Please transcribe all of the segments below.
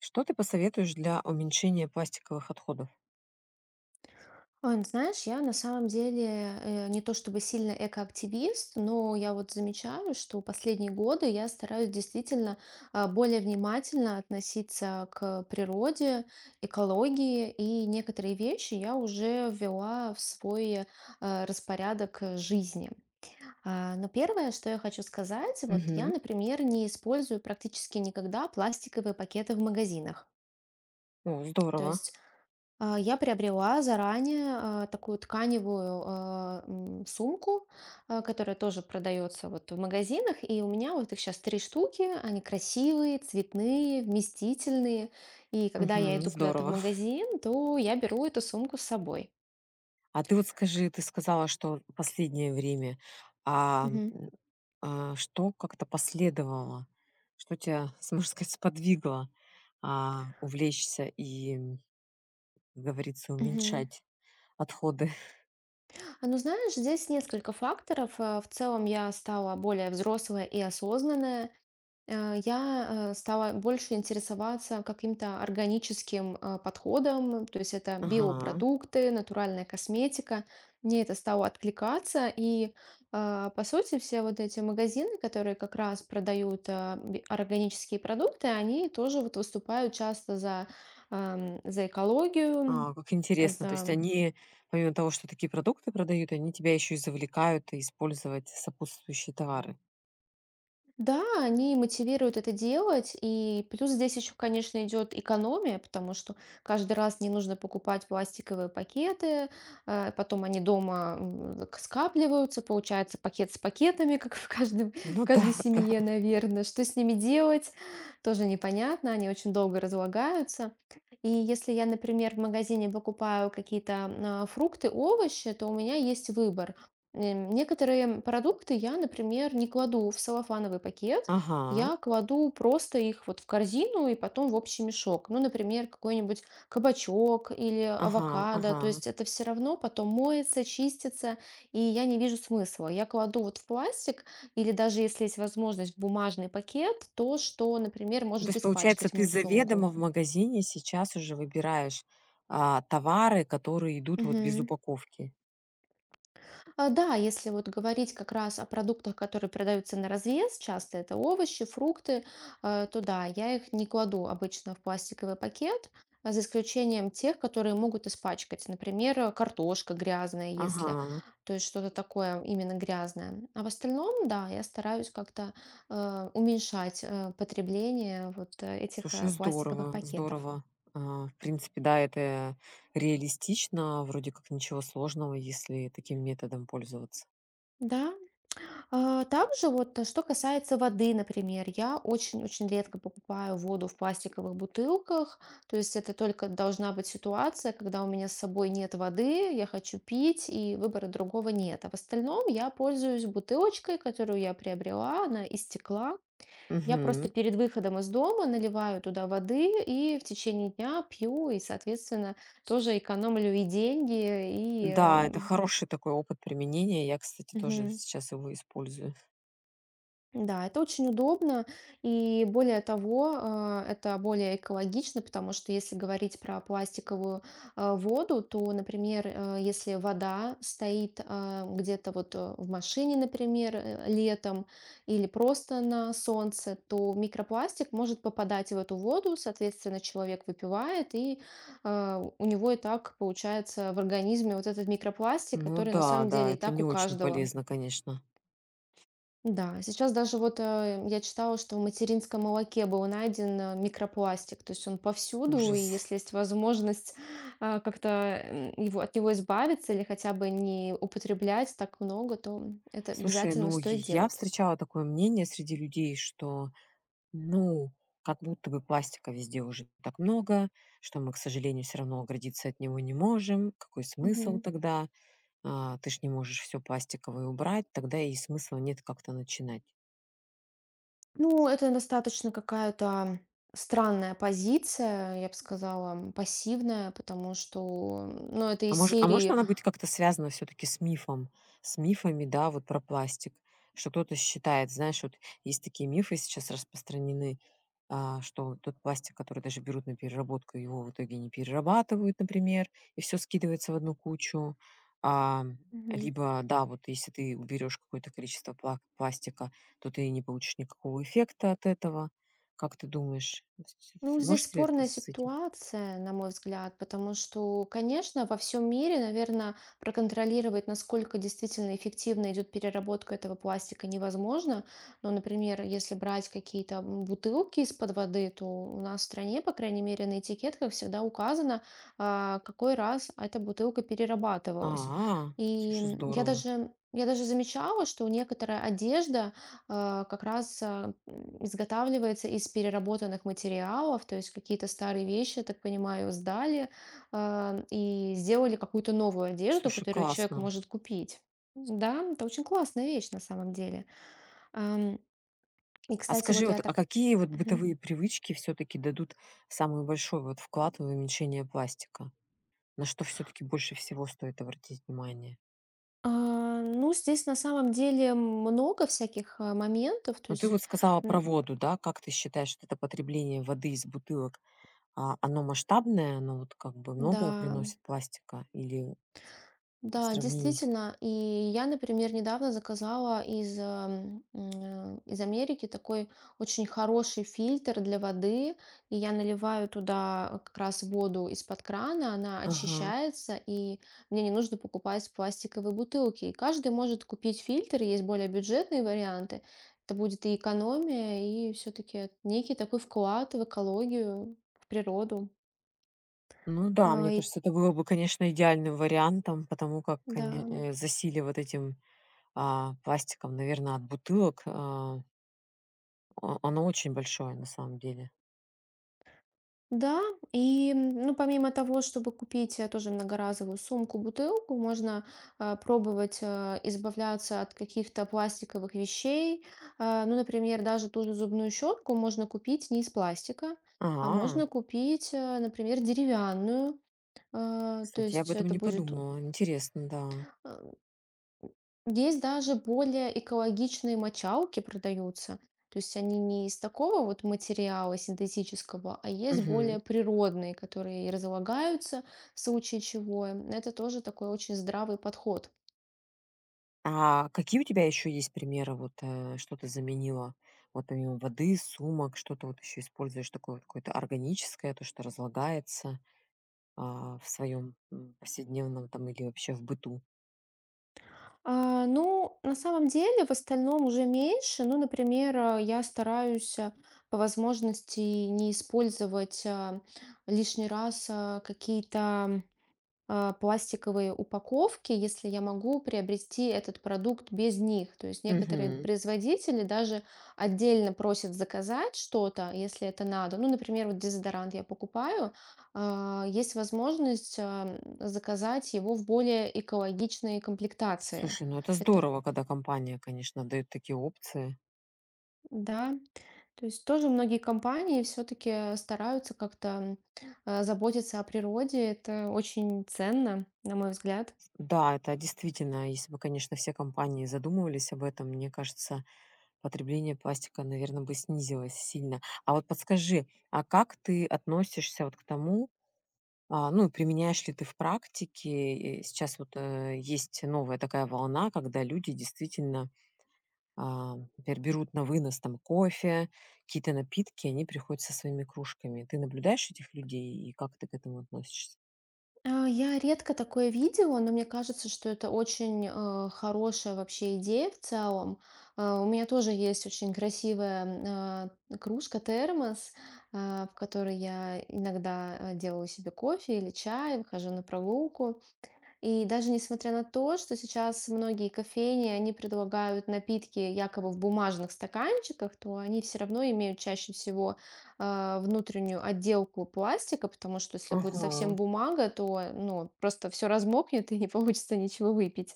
Что ты посоветуешь для уменьшения пластиковых отходов? Ой, ну знаешь, я на самом деле не то чтобы сильно экоактивист, но я вот замечаю, что последние годы я стараюсь действительно более внимательно относиться к природе, экологии, и некоторые вещи я уже ввела в свой распорядок жизни. Но первое, что я хочу сказать, вот я, Мгм. например, не использую практически никогда пластиковые пакеты в магазинах. О, То здорово. есть я приобрела заранее такую тканевую сумку, которая тоже продается вот в магазинах. И у меня вот их сейчас три штуки. Они красивые, цветные, вместительные. И когда я Мгм. иду куда-то в Здорово. магазин, то я беру эту сумку с собой. А ты вот скажи, ты сказала, что последнее время, а, Мгм. м, что как-то последовало? Что тебя, можно сказать, сподвигло увлечься как говорится, Мгм. уменьшать отходы? Ну, знаешь, здесь несколько факторов. В целом я стала более взрослая и осознанная. Я стала больше интересоваться каким-то органическим подходом, то есть это Ага. биопродукты, натуральная косметика. Мне это стало откликаться, и по сути все вот эти магазины, которые как раз продают органические продукты, они тоже вот выступают часто за экологию, А, как интересно. То есть за они, помимо того, что такие продукты продают, они тебя еще и завлекают использовать сопутствующие товары. Да, они мотивируют это делать. И плюс здесь еще, конечно, идет экономия, потому что каждый раз не нужно покупать пластиковые пакеты, потом они дома скапливаются, получается пакет с пакетами, как в каждом, в Ну да, каждой да. семье, наверное. Что с ними делать, тоже непонятно, они очень долго разлагаются. И если я, например, в магазине покупаю какие-то фрукты, овощи, то у меня есть выбор. Некоторые продукты я, например, не кладу в салофановый пакет, Ага, я кладу просто их вот в корзину и потом в общий мешок. Ну, например, какой-нибудь кабачок или ага, авокадо. ага. То есть это все равно потом моется, чистится, и я не вижу смысла. Я кладу вот в пластик или даже если есть возможность в бумажный пакет, то, что, например, Ну, то может есть, получается, испачкать ты мою сумку. заведомо в магазине сейчас уже выбираешь, товары, которые идут вот без Мгм. упаковки. Да, если вот говорить как раз о продуктах, которые продаются на развес, часто это овощи, фрукты, то да, я их не кладу обычно в пластиковый пакет, а за исключением тех, которые могут испачкать. Например, картошка грязная, если, Ага. то есть что-то такое именно грязное. А в остальном, да, я стараюсь как-то уменьшать потребление вот этих Слушай, пластиковых здорово, пакетов. здорово. А в принципе, да, это реалистично, вроде как ничего сложного, если таким методом пользоваться. Да, также вот что касается воды, например, я очень-очень редко покупаю воду в пластиковых бутылках, то есть это только должна быть ситуация, когда у меня с собой нет воды, я хочу пить, и выбора другого нет. А в остальном я пользуюсь бутылочкой, которую я приобрела, она из стекла. Я просто Мгм. перед выходом из дома наливаю туда воды и в течение дня пью, и, соответственно, тоже экономлю и деньги, и... Да, это эм, хороший такой опыт применения. Я, кстати, тоже мгм. сейчас его использую. Да, это очень удобно, и более того, это более экологично, потому что если говорить про пластиковую воду, то, например, если вода стоит где-то вот в машине, например, летом или просто на солнце, то микропластик может попадать в эту воду, соответственно, человек выпивает, и у него и так получается в организме вот этот микропластик, Ну который на да, самом да, деле и это так не у очень каждого. полезно, конечно. Да, сейчас даже вот я читала, что в материнском молоке был найден микропластик, то есть он повсюду, и Ужас. если есть возможность как-то от него избавиться или хотя бы не употреблять так много, то это Слушай, обязательно ну, и стоит я делать. встречала такое мнение среди людей, что, ну, как будто бы пластика везде уже так много, что мы, к сожалению, все равно оградиться от него не можем. Какой смысл Мгм. тогда? А ты ж не можешь все пластиковое убрать, тогда и смысла нет как-то начинать. Ну, это достаточно какая-то странная позиция, я бы сказала, пассивная, потому что, ну, это А из мож а может серии. она быть как-то связана все таки с мифом? С мифами, да, вот про пластик. Что кто-то считает, знаешь, вот есть такие мифы сейчас распространены, что тот пластик, который даже берут на переработку, его в итоге не перерабатывают, например, и все скидывается в одну кучу. Ам, либо, да, вот если ты уберешь какое-то количество пластика, то ты не получишь никакого эффекта от этого. Как ты думаешь, с Ну, здесь может ли это спорная с этим? ситуация, на мой взгляд, потому что, конечно, во всем мире, наверное, проконтролировать, насколько действительно эффективно идет переработка этого пластика, невозможно. Но, например, если брать какие-то бутылки из-под воды, то у нас в стране, по крайней мере, на этикетках всегда указано, какой раз эта бутылка перерабатывалась. А, И слушай, м, я здорово. даже, я даже замечала, что некоторая одежда, как раз изготавливается из переработанных материалов, то есть какие-то старые вещи, я так понимаю, сдали и сделали какую-то новую одежду, Слушай, которую человек классно. может купить. Да, это очень классная вещь на самом деле. Ам, И, А кстати, скажи, вот я вот, а так... какие вот Мгм. бытовые привычки все-таки дадут самый большой вот вклад в уменьшение пластика? На что все-таки больше всего стоит обратить внимание? Ну, здесь на самом деле много всяких моментов, то Ну, ты вот есть, сказала про м, воду, да? Как ты считаешь, что это потребление воды из бутылок, оно масштабное, оно вот как бы многое да, приносит пластика или в да, сравнении с... действительно. И я, например, недавно заказала из Америки такой очень хороший фильтр для воды. И я наливаю туда как раз воду из-под крана, она Ага. очищается, и мне не нужно покупать пластиковые бутылки. И каждый может купить фильтр, есть более бюджетные варианты. Это будет и экономия, и все-таки некий такой вклад в экологию, в природу. Ну да, А, мне и- кажется, это было бы, конечно, идеальным вариантом, потому как да. Засилие вот этим пластиком, наверное, от бутылок. Оно очень большое, на самом деле. Да, и, ну, помимо того, чтобы купить тоже многоразовую сумку, бутылку, можно пробовать избавляться от каких-то пластиковых вещей. Ну, например, даже ту же зубную щетку можно купить не из пластика, а А, можно купить, например, деревянную. Э, то кстати, я об есть этом это не будет подумала. Интересно, да. э, Есть даже более экологичные мочалки продаются. То есть они не из такого вот материала синтетического, а есть Мгм. более природные, которые и разлагаются в случае чего. Это тоже такой очень здравый подход. А какие у тебя еще есть примеры, вот что ты заменила? Вот помимо воды, сумок, что ты вот еще используешь такое вот какое-то органическое, то, что разлагается в своем повседневном там или вообще в быту? Ну, на самом деле, в остальном уже меньше. Ну, например, я стараюсь по возможности не использовать лишний раз какие-то пластиковые упаковки, если я могу приобрести этот продукт без них. То есть некоторые Мгм. производители даже отдельно просят заказать что-то, если это надо. Ну, например, вот дезодорант я покупаю, есть возможность заказать его в более экологичной комплектации. Слушай, ну это Это, здорово, когда компания, конечно, дает такие опции. да, то есть тоже многие компании все-таки стараются как-то заботиться о природе. Это очень ценно, на мой взгляд. Да, это действительно, если бы, конечно, все компании задумывались об этом, мне кажется, потребление пластика, наверное, бы снизилось сильно. А вот подскажи, а как ты относишься вот к тому, ну, и применяешь ли ты в практике, и сейчас вот, есть новая такая волна, когда люди действительно, например, берут на вынос там кофе, какие-то напитки, они приходят со своими кружками. Ты наблюдаешь этих людей и как ты к этому относишься? Я редко такое видела, но мне кажется, что это очень хорошая вообще идея в целом. У меня тоже есть очень красивая кружка термос, в которой я иногда делаю себе кофе или чай, выхожу на прогулку. И даже несмотря на то, что сейчас многие кофейни, они предлагают напитки якобы в бумажных стаканчиках, то они все равно имеют чаще всего внутреннюю отделку пластика, потому что если будет совсем Ага. бумага, то ну, просто все размокнет и не получится ничего выпить.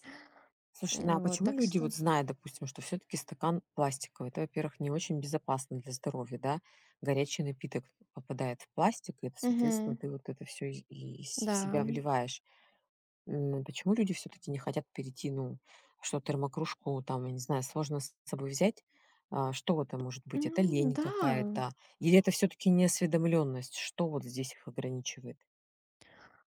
Слушай, ну а Вот, почему так люди вот что. знают, допустим, что все-таки стакан пластиковый? Это, во-первых, не очень безопасно для здоровья, да? Горячий напиток попадает в пластик, и, это, соответственно, Мгм. ты вот это все в Да. себя вливаешь. Почему люди все-таки не хотят перейти, ну, что термокружку, там, я не знаю, сложно с собой взять? Что это может быть? Это Ну, лень да. какая-то? Или это все-таки неосведомленность? Что вот здесь их ограничивает?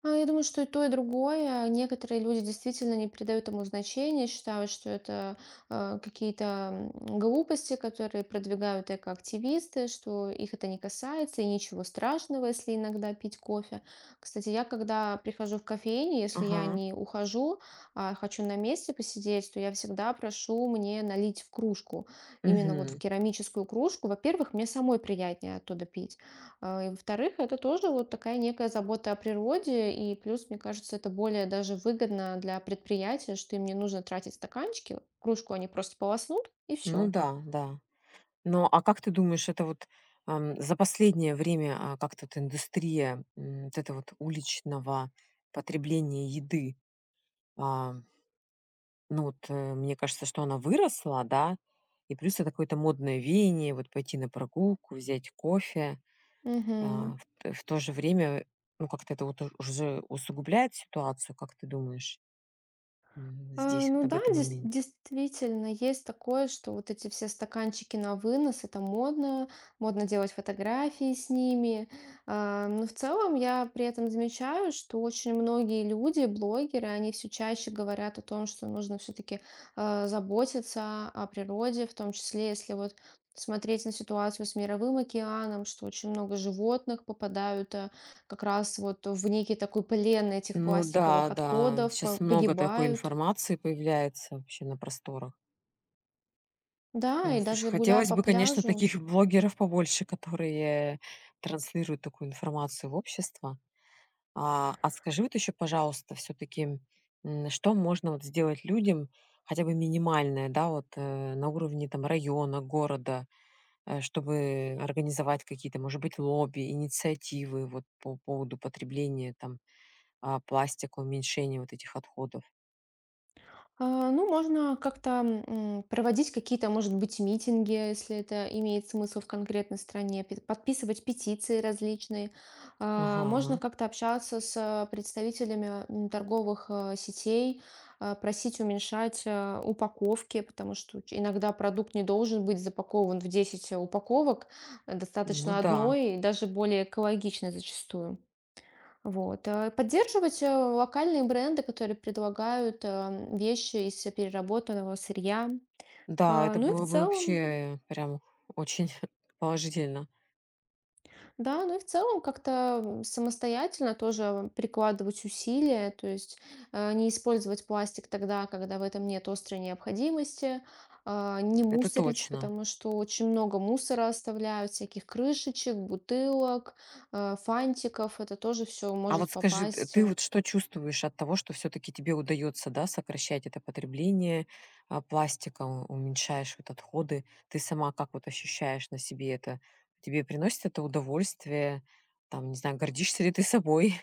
Я думаю, что и то, и другое. Некоторые люди действительно не придают ему значения, считают, что это какие-то глупости, которые продвигают экоактивисты, что их это не касается, и ничего страшного, если иногда пить кофе. Кстати, я когда прихожу в кофейню, если я Ага. не ухожу, а хочу на месте посидеть, то я всегда прошу мне налить в кружку, именно вот в Мгм. керамическую кружку. Во-первых, мне самой приятнее оттуда пить. И во-вторых, это тоже вот такая некая забота о природе, и плюс, мне кажется, это более даже выгодно для предприятия, что им не нужно тратить стаканчики, кружку они просто полоснут, и Ну все. да, да. Но, а как ты думаешь, это вот, за последнее время, как-то вот индустрия, вот это вот уличного потребления еды, а, ну вот, мне кажется, что она выросла, да? И плюс это какое-то модное веяние, вот пойти на прогулку, взять кофе. А в то же время, ну, как-то это вот уж уже усугубляет ситуацию, как ты думаешь, здесь вот Ну об да, этом моменте? действительно, есть такое, что вот эти все стаканчики на вынос, это модно, модно делать фотографии с ними. Но в целом я при этом замечаю, что очень многие люди, блогеры, они все чаще говорят о том, что нужно все-таки заботиться о природе, в том числе, если вот смотреть на ситуацию с мировым океаном, что очень много животных попадают как раз вот в некий такой плен этих Ну да, пластиковых да, отходов, сейчас много такой погибают. информации появляется вообще на просторах. Да, Ой, и слушай, даже гуляя хотелось по бы, конечно, пляжу... таких блогеров побольше, которые транслируют такую информацию в общество. А скажи вот еще, пожалуйста, все-таки, что можно вот сделать людям, хотя бы минимальное, да, вот на уровне там района, города, чтобы организовать какие-то, может быть, лобби, инициативы вот по поводу потребления там пластика, уменьшения вот этих отходов. Ну, можно как-то проводить какие-то, может быть, митинги, если это имеет смысл в конкретной стране, подписывать петиции различные. Можно Ага, как-то общаться с представителями торговых сетей, просить уменьшать упаковки, потому что иногда продукт не должен быть запакован в 10 упаковок, ну достаточно да. одной, и даже более экологичной зачастую. Вот. Поддерживать локальные бренды, которые предлагают вещи из переработанного сырья. Да, это Ну и в было бы целом, вообще прям очень положительно. да, ну и в целом как-то самостоятельно тоже прикладывать усилия, то есть не использовать пластик тогда, когда в этом нет острой необходимости, не Это мусорить, точно. потому что очень много мусора оставляют, всяких крышечек, бутылок, фантиков, это тоже все А вот может скажи, т попасть ты э, вот что чувствуешь от того, что все таки тебе удается, да, сокращать это потребление, пластика, у уменьшаешь вот отходы? Ты сама как вот ощущаешь на себе это? Тебе приносит это удовольствие? Там, не знаю, гордишься ли ты собой?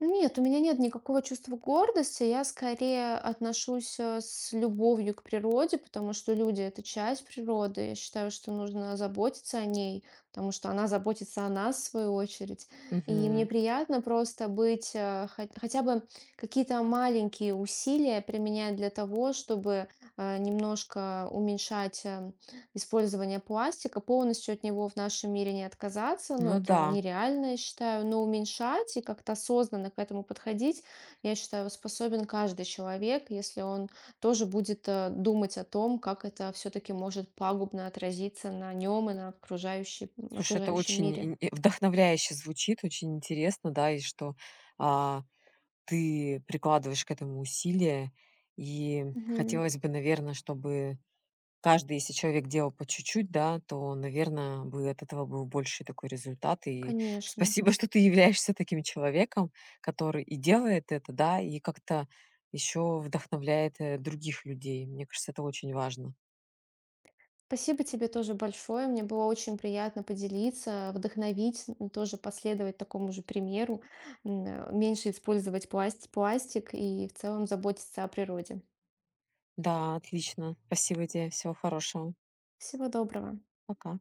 Нет, у меня нет никакого чувства гордости. Я скорее отношусь с любовью к природе, потому что люди— это часть природы. Я считаю, что нужно заботиться о ней, потому что она заботится о нас, в свою очередь. И мне Мгм. приятно просто быть, хотя бы какие-то маленькие усилия применять для того, чтобы немножко уменьшать использования пластика, полностью от него в нашем мире не отказаться, но Ну это да. нереально, я считаю, но уменьшать и как-то осознанно к этому подходить, я считаю, способен каждый человек, если он тоже будет думать о том, как это все-таки может пагубно отразиться на нем и на Слушай, это окружающем очень мире. ин и вдохновляюще звучит, очень интересно, да, и что, а ты прикладываешь к этому усилия. И Мгм. хотелось бы, наверное, чтобы каждый, если человек делал по чуть-чуть, да, то, наверное, бы от этого был больше такой результат. И Конечно. спасибо, что ты являешься таким человеком, который и делает это, да, и как-то еще вдохновляет других людей. Мне кажется, это очень важно. Спасибо тебе тоже большое. Мне было очень приятно поделиться, вдохновить, тоже последовать такому же примеру, меньше использовать пластик и в целом заботиться о природе. Да, отлично. Спасибо тебе. Всего хорошего. Всего доброго. Пока.